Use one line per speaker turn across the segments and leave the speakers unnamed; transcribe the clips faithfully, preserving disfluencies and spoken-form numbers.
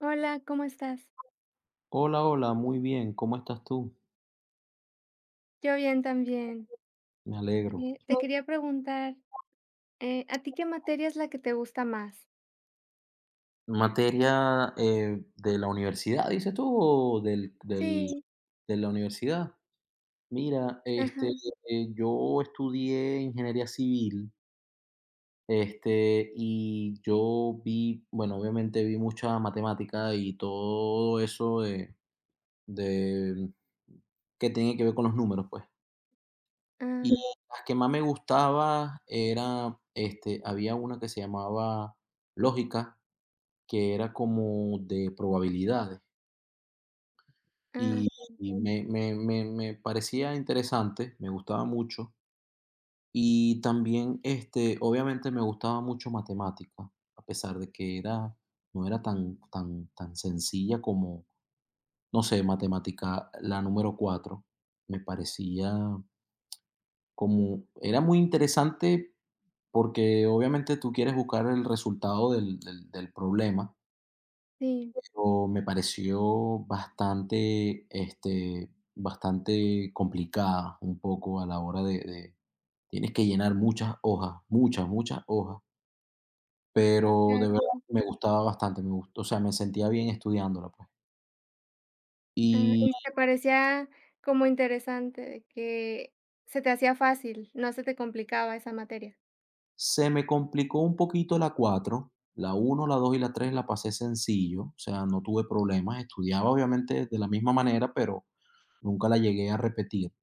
Hola, ¿cómo estás?
Hola, hola, muy bien, ¿cómo estás tú?
Yo bien también.
Me alegro.
Eh, te quería preguntar, eh, ¿a ti qué materia es la que te gusta más?
Materia, eh, de la universidad, dices tú, o del, del-
Sí,
de la universidad. Mira,
ajá,
este, eh, yo estudié ingeniería civil, este, y yo vi, bueno, obviamente vi mucha matemática y todo eso de, de que tiene que ver con los números, pues. Y
ah,
las que más me gustaba era, este, había una que se llamaba lógica, que era como de probabilidades,
ah,
y y Mm. me me me me parecía interesante, me gustaba mucho. Y también, este, obviamente me gustaba mucho matemática, a pesar de que era no era tan tan tan sencilla. Como, no sé, matemática, la número cuatro, me parecía, como, era muy interesante, porque obviamente tú quieres buscar el resultado del del del problema.
sí,
O me pareció bastante, este, bastante complicada. Un poco a la hora de de tienes que llenar muchas hojas, muchas, muchas hojas, pero
claro,
de verdad
sí,
me gustaba bastante, me gustó, o sea, me sentía bien estudiándola, pues.
ah,
Y
y te parecía como interesante de que se te hacía fácil, no se te complicaba esa materia.
se me complicó un poquito la cuatro. La uno, la dos y la tres la pasé sencillo, o sea, no tuve problemas, estudiaba obviamente de la misma manera, pero nunca la llegué a repetir.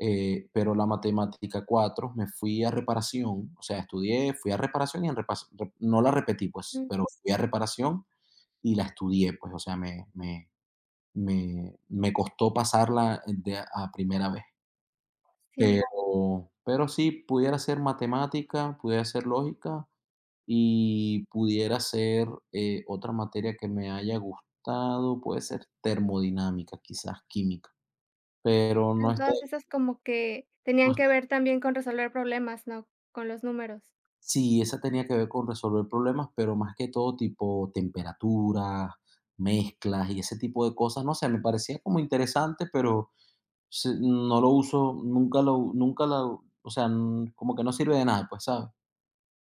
eh, pero la matemática cuatro me fui a reparación, o sea, estudié, fui a reparación y en repas- re- no la repetí, pues,
Mm,
pero fui a reparación y la estudié, pues, o sea, me, me, me, me costó pasarla de a a primera vez.
sí,
Pero, pero sí, pudiera ser matemática, pudiera ser lógica y pudiera ser eh, otra materia que me haya gustado. Puede ser termodinámica, quizás química, pero
ah,
no está,
todas esas como que
no.
tenían que ver también con resolver problemas, ¿no? Con los números.
Sí, esa tenía que ver con resolver problemas, pero más que todo tipo temperaturas, mezclas y ese tipo de cosas. No sé, me parecía como interesante, pero se- no lo uso, nunca lo, nunca la, o sea, n- como que no sirve de nada, pues, ¿sabes?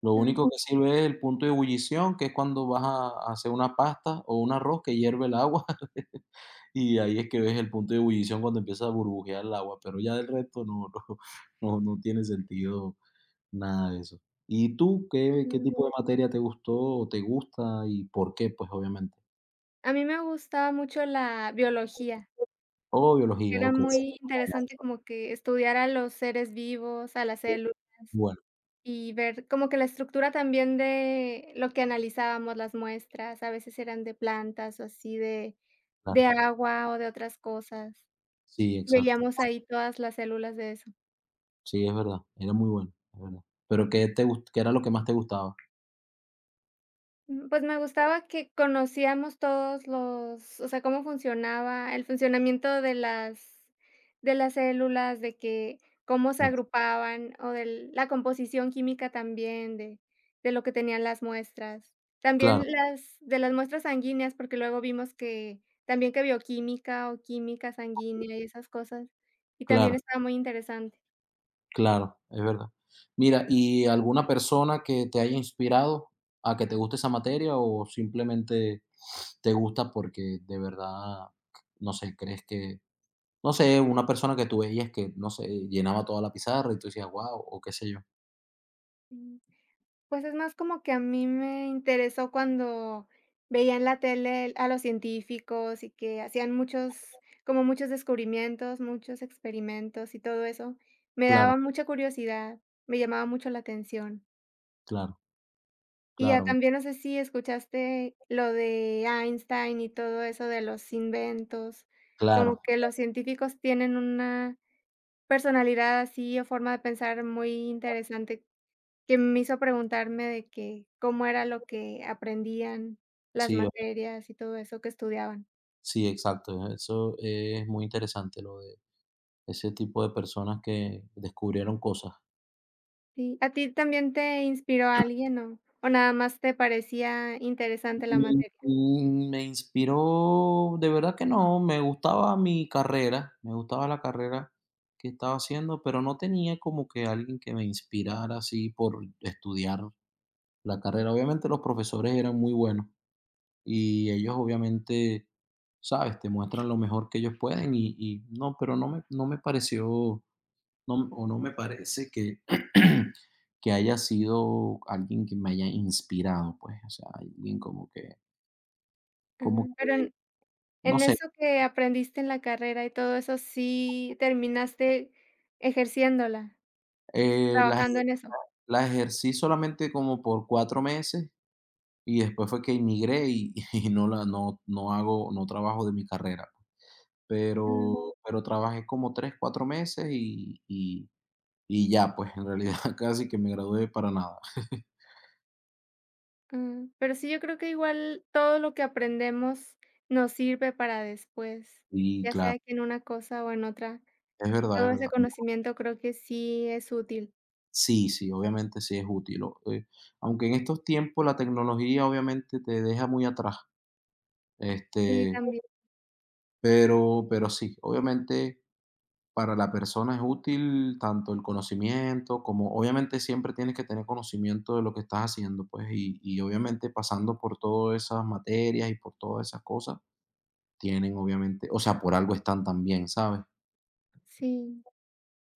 Lo único que
Ah,
sirve es el punto de ebullición, que es cuando vas a hacer una pasta o un arroz, que hierve el agua, y ahí es que ves el punto de ebullición, cuando empieza a burbujear el agua. Pero ya del resto no, no, no, no tiene sentido nada de eso. ¿Y tú qué qué
ah.
tipo, no, de materia te gustó o te gusta y por qué? Pues, obviamente.
A mí me gustaba mucho la biología.
Oh,
Porque
biología,
era
okey, sí,
muy interesante como que estudiar a los seres vivos, a las células,
bueno,
y ver como que la estructura también de lo que analizábamos, las muestras, a veces eran de plantas o así de de
claro.
agua o de otras cosas.
Sí, exacto.
Veíamos ahí todas las células de eso.
Sí, es verdad, era muy bueno, es verdad. Pero, ¿qué te gust qué era lo que más te gustaba?
Mm, pues, me gustaba que conocíamos todos los o sea, cómo funcionaba el funcionamiento de las de las células, de que cómo se
Mm,
agrupaban o de la composición química también de de lo que tenían las muestras.
claro,
También las de las muestras sanguíneas, porque luego vimos que también que bioquímica o química sanguínea y esas cosas, y también
claro,
estaba muy interesante.
claro, es verdad. Mira, ¿y alguna persona que te haya inspirado a que te guste esa materia, o simplemente te gusta porque, de verdad, no sé, crees que no sé, una persona que tú veías que, no sé, llenaba toda la pizarra y tú decías: "Guau", o qué sé yo?
Pues, es más como que a mí me interesó cuando veía en la tele a los científicos y que hacían muchos como muchos descubrimientos, muchos experimentos y todo eso. Me
Claro,
daba mucha curiosidad, me llamaba mucho la atención.
claro,
Y ya
claro,
también, no sé si escuchaste lo de Einstein y todo eso de los inventos, como
claro.
que los científicos tienen una personalidad así o forma de pensar muy interesante. Que me hizo preguntarme de que cómo era lo que aprendían, las
Sí, o
materias y todo eso que estudiaban.
sí, exacto. Eso es muy interesante, lo de ese tipo de personas que descubrieron cosas.
Sí, ¿a ti también te inspiró alguien o o nada más te parecía interesante la
Mm,
materia?
mm, me inspiró, de verdad que no. Me gustaba mi carrera, me gustaba la carrera que estaba haciendo, pero no tenía como que alguien que me inspirara así por estudiar la carrera. Obviamente los profesores eran muy buenos, y ellos obviamente, ¿sabes? Te muestran lo mejor que ellos pueden, y y no, pero no me no me pareció, no o no me parece que que haya sido alguien que me haya inspirado, pues, o sea, alguien como que,
Ah,
como que,
pero en
no
en
sé.
eso que aprendiste en la carrera y todo eso, ¿sí terminaste ejerciéndola,
eh, la eje
trabajando en eso?
la ejercí solamente como por cuatro meses, y después fue que emigré, y y no la, no no hago, no trabajo de mi carrera, pues.
Mm,
Pero pero trabajé como tres cuatro meses, y y y ya, pues, en realidad, casi que me gradué para nada.
mm, pero sí, yo creo que igual todo lo que aprendemos nos sirve para después,
Y
ya
claro,
sea que en una cosa o en otra.
es verdad, es
Todo ese
verdad.
conocimiento creo que sí es útil.
Sí, sí, obviamente sí es útil, o eh, aunque en estos tiempos la tecnología obviamente te deja muy atrás,
Sí,
este,
también,
pero pero sí, obviamente, para la persona es útil tanto el conocimiento, como obviamente siempre tienes que tener conocimiento de lo que estás haciendo, pues. Y y obviamente, pasando por todas esas materias y por todas esas cosas, tienen, obviamente, o sea, por algo están también, ¿sabes?
sí.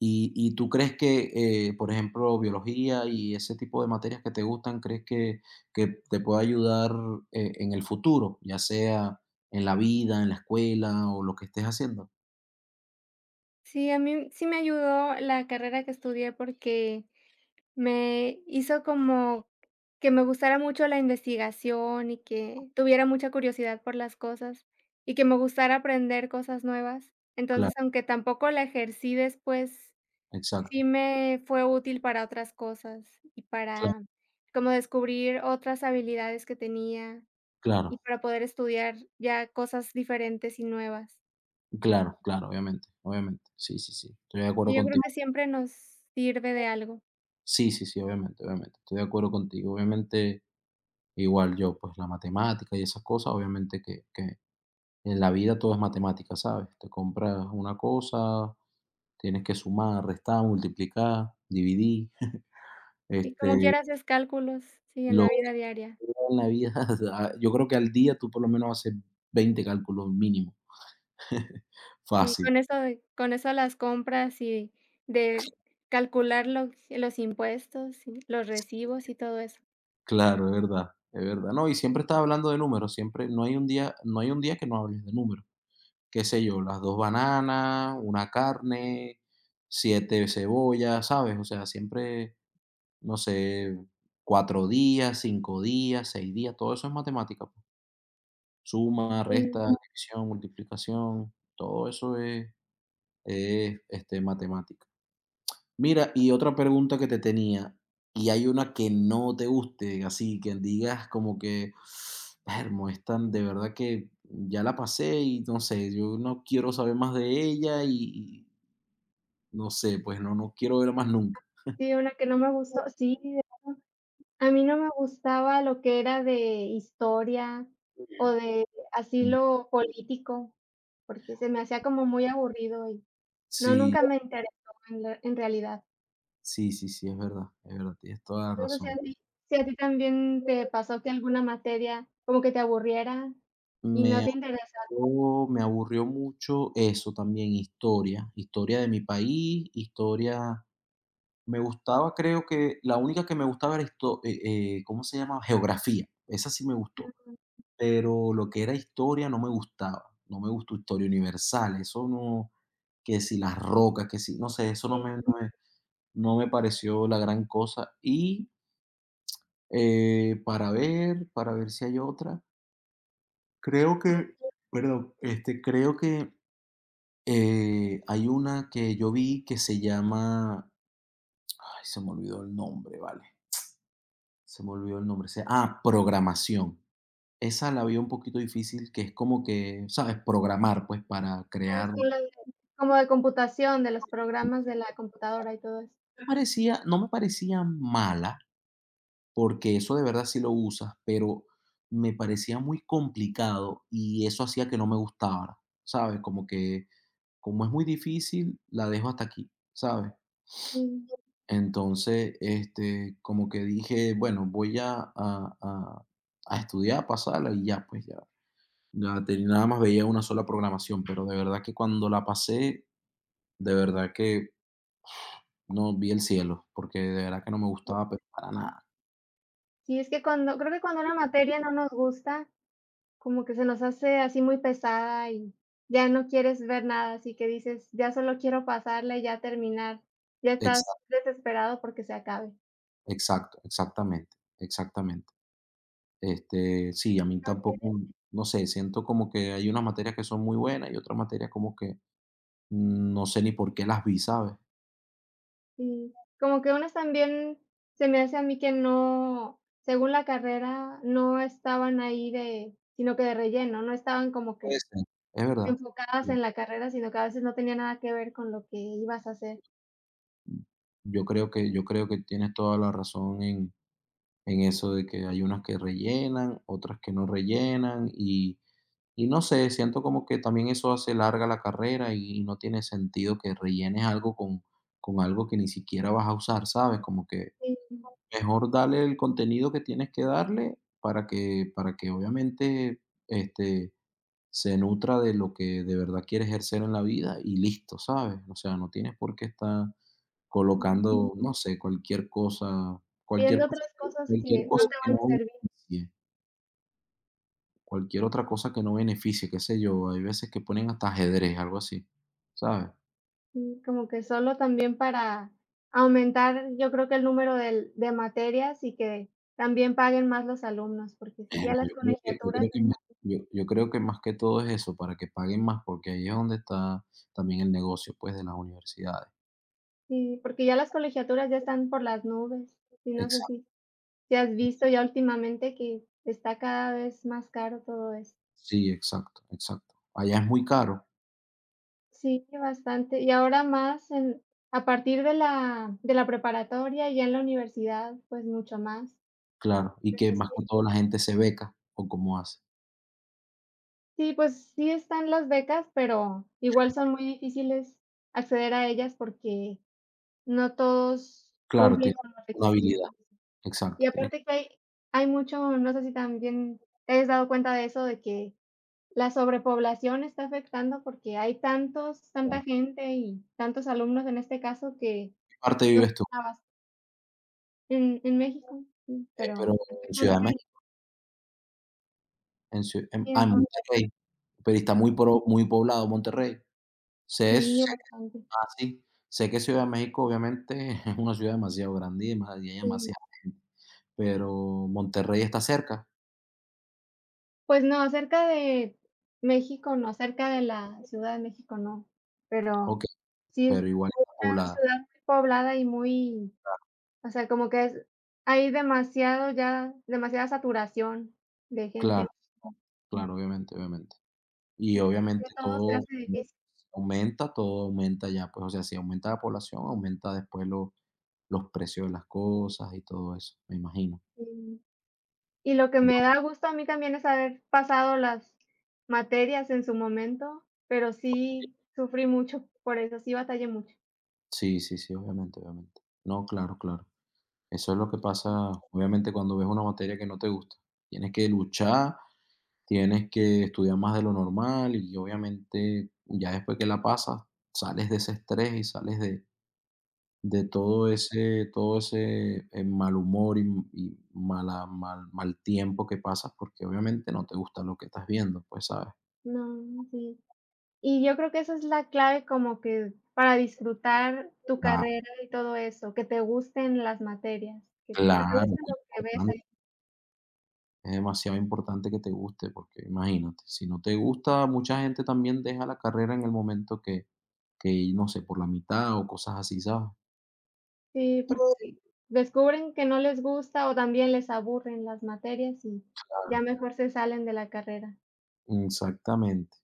¿Y y tú crees que, eh, por ejemplo, biología y ese tipo de materias que te gustan, crees que que te pueda ayudar, eh, en el futuro, ya sea en la vida, en la escuela o lo que estés haciendo?
Sí, a mí sí me ayudó la carrera que estudié porque me hizo como que me gustara mucho la investigación y que tuviera mucha curiosidad por las cosas y que me gustara aprender cosas nuevas. Entonces,
Claro,
aunque tampoco la ejercí después,
exacto.
sí me fue útil para otras cosas y
Cla
para como descubrir otras habilidades que tenía. Y
claro,
para poder estudiar ya cosas diferentes y nuevas.
claro, claro, obviamente, obviamente. Sí, sí, sí, estoy de acuerdo
Y yo creo
contigo.
que siempre nos sirve de algo.
Sí, sí, sí, obviamente, obviamente, estoy de acuerdo contigo. Obviamente, igual yo, pues, la matemática y esas cosas, obviamente que que en la vida todo es matemática, ¿sabes? Te compras una cosa, tienes que sumar, restar, multiplicar, dividir,
Sí, como
este,
quiera haces cálculos, sí, en
lo
la vida
que
diaria.
en la vida, ah, yo creo que al día tú, por lo menos, haces veinte cálculos mínimo,
Sí,
fácil.
con eso de con eso las compras y de calcular los los impuestos y los recibos y todo eso.
Claro, es verdad, es verdad. No, y siempre estás hablando de números, siempre no hay un día no hay un día que no hables de números. Qué sé yo, las dos bananas, una carne, siete cebollas, ¿sabes? O sea, siempre, no sé, cuatro días, cinco días, seis días, todo eso es matemática. Suma, resta,
Sí,
división, multiplicación, todo eso es es, este, matemática. Mira, y otra pregunta que te tenía, ¿y hay una que no te guste, así que digas como que, vermo, esta de verdad que ya la pasé y, no sé, yo no quiero saber más de ella, y y no sé, pues no, no quiero verla más nunca?
sí, una que no me gustó sí, a mí no me gustaba lo que era de historia o de así
Mm,
lo político, porque se me hacía como muy aburrido y no,
sí,
nunca me interesó en la en realidad.
sí, sí, sí, es verdad, es verdad, tienes toda la
No sé si
razón.
a ti si a ti también te pasó que alguna materia como que te aburriera y no
Me
te interesaba.
Oh, me aburrió mucho eso también, historia, historia de mi país, historia. Me gustaba, creo que la única que me gustaba era, histo- eh, eh, ¿cómo se llama? Geografía, esa sí me gustó,
Ujú,
pero lo que era historia no me gustaba, no me gustó historia universal, eso no, que si las rocas, que si, no sé, eso no
sí.
me, no me, no me pareció la gran cosa. Y eh, para ver, para ver si hay otra, creo que, perdón, este, creo que, Eh, hay una que yo vi que se llama, ay, se me olvidó el nombre, vale, se me olvidó el nombre. Se ah, programación. Esa la vi un poquito difícil, que es como que, ¿sabes? Programar, pues, para
Ah,
crear. No
sí, lo de como de computación, de los programas de la computadora y todo eso.
me parecía, no me parecía mala, porque eso de verdad sí lo usas, pero me parecía muy complicado, y eso hacía que no me gustara, ¿sabes? Como que, como es muy difícil, la dejo hasta aquí, ¿sabes?
Sí,
Entonces, este, como que dije, bueno, voy a, a, a- a estudiar, a pasarla y ya, pues ya. Ya te- nada más veía una sola programación, pero de verdad que cuando la pasé, de verdad que no vi el cielo, porque de verdad que no me
sí.
gustaba, pero para nada.
Sí, es que cuando creo que cuando una materia no nos gusta, como que se nos hace así muy pesada y ya no quieres ver nada, así que dices: "Ya solo quiero pasarla y ya terminar". Ya estás
Exacto,
desesperado porque se acabe.
exacto, exactamente, exactamente. Este, sí, a mí tampoco, no sé. Siento como que hay unas materias que son muy buenas y otras materias como que, mm, no sé ni por qué las vi, ¿sabes?
Sí, como que unas también se me hace a mí que no, según la carrera, no estaban ahí de sino que de relleno, no estaban como
Puede
que
ser, es verdad.
enfocadas en la carrera, sino que a veces no tenía nada que ver con lo que ibas a hacer.
Yo creo que yo creo que tienes toda la razón en en eso de que hay unas que rellenan, otras que no rellenan, y y no sé, siento como que también eso hace larga la carrera. Y no tiene sentido que rellenes algo con con algo que ni siquiera vas a usar, ¿sabes? Como que
Sí,
mejor dale el contenido que tienes que darle, para que para que obviamente, este, se nutra de lo que de verdad quiere ejercer en la vida, y listo, ¿sabes? O sea, no tienes por qué estar
mm,
colocando, no sé, cualquier cosa, cualquier
viendo
cosa
otras
que
cosas que
cualquier cosa
no te
que
van
no
a servir,
beneficie, cualquier otra cosa que no beneficie, qué sé yo. Hay veces que ponen hasta ajedrez, algo así, ¿sabes?
sí, como que solo también para aumentar, yo creo que el número del de materias y que también paguen más los alumnos, porque si
Pero
ya las
yo creo que yo
colegiaturas.
creo que más yo yo creo que más que todo es eso, para que paguen más, porque ahí es donde está también el negocio, pues, de las universidades.
Sí, porque ya las colegiaturas ya están por las nubes, y no sé si
Exacto,
si has visto ya últimamente que está cada vez más caro todo eso.
sí, exacto, exacto. Allá es muy caro,
Sí, bastante, y ahora más en a partir de la de la preparatoria y ya en la universidad, pues mucho más.
claro. ¿Y
Pero
que más
sí
que todo la gente se beca, o cómo hace?
sí, pues sí están las becas, pero igual son muy difíciles acceder a ellas porque no todos
Claro, tiene
cumplen con los
una
requisitos.
habilidad, exacto,
Y
tienes que
aparte que hay hay mucho, no sé si también te has dado cuenta de eso, de que la sobrepoblación está afectando porque hay tantos
¿en
tanta gente y tantos alumnos en este caso que
qué parte
no
vives
son
tú?
abasto en en México, sí,
Eh, pero
pero acá
en
en
Ciudad de
Monterrey,
México, en Ciu en
sí,
ah,
en
en
Monterrey,
Monterrey, pero está muy pro muy poblado Monterrey. Sé es-
sí,
sé que
bastante,
está así, sé que Ciudad de México, obviamente, es una ciudad demasiado grande y dema y hay
sí.
demasiada gente, pero Monterrey está cerca,
Pues no, cerca de México no, cerca de la Ciudad de México no, pero
okey,
sí es
pero igual está
una
poblada.
ciudad muy poblada y muy, o sea, como que es hay demasiado ya demasiada saturación de
Claro,
gente
claro, obviamente, obviamente. Y
y
obviamente
ya todo se
todo
hace difícil,
aumenta, todo aumenta ya, pues, o sea, si aumenta la población, aumenta después lo los precios de las cosas y todo eso, me imagino.
sí. Y lo que me da gusto a mí también es haber pasado las materias en su momento, pero sí sufrí mucho por eso, sí batallé mucho.
Sí, sí, sí, obviamente, obviamente. No, claro, claro. Eso es lo que pasa, obviamente, cuando ves una materia que no te gusta. Tienes que luchar, tienes que estudiar más de lo normal, y obviamente, ya después que la pasas, sales de ese estrés y sales de, de todo ese, todo ese eh, mal humor y, y mala, mal, mal tiempo que pasas, porque obviamente no te gusta lo que estás viendo, pues, ¿sabes?
No, sí. Y yo creo que esa es la clave como que para disfrutar tu
Ah,
carrera y todo eso, que te gusten las materias, que o que te
claro,
guste
muy
lo que ves
importante.
ahí.
Es demasiado importante que te guste, porque imagínate, si no te gusta, mucha gente también deja la carrera en el momento que que, no sé, por la mitad o cosas así, ¿sabes?
Sí, porque descubren que no les gusta o también les aburren las materias y ya
Claro,
mejor se salen de la carrera.
exactamente.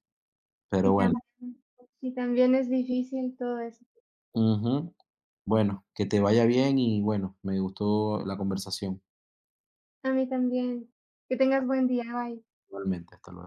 Pero
Y
bueno,
también y también es difícil todo eso.
ujú. Bueno, que te vaya bien y, bueno, me gustó la conversación.
A mí también. Que tengas buen día. Bye.
Igualmente, hasta luego.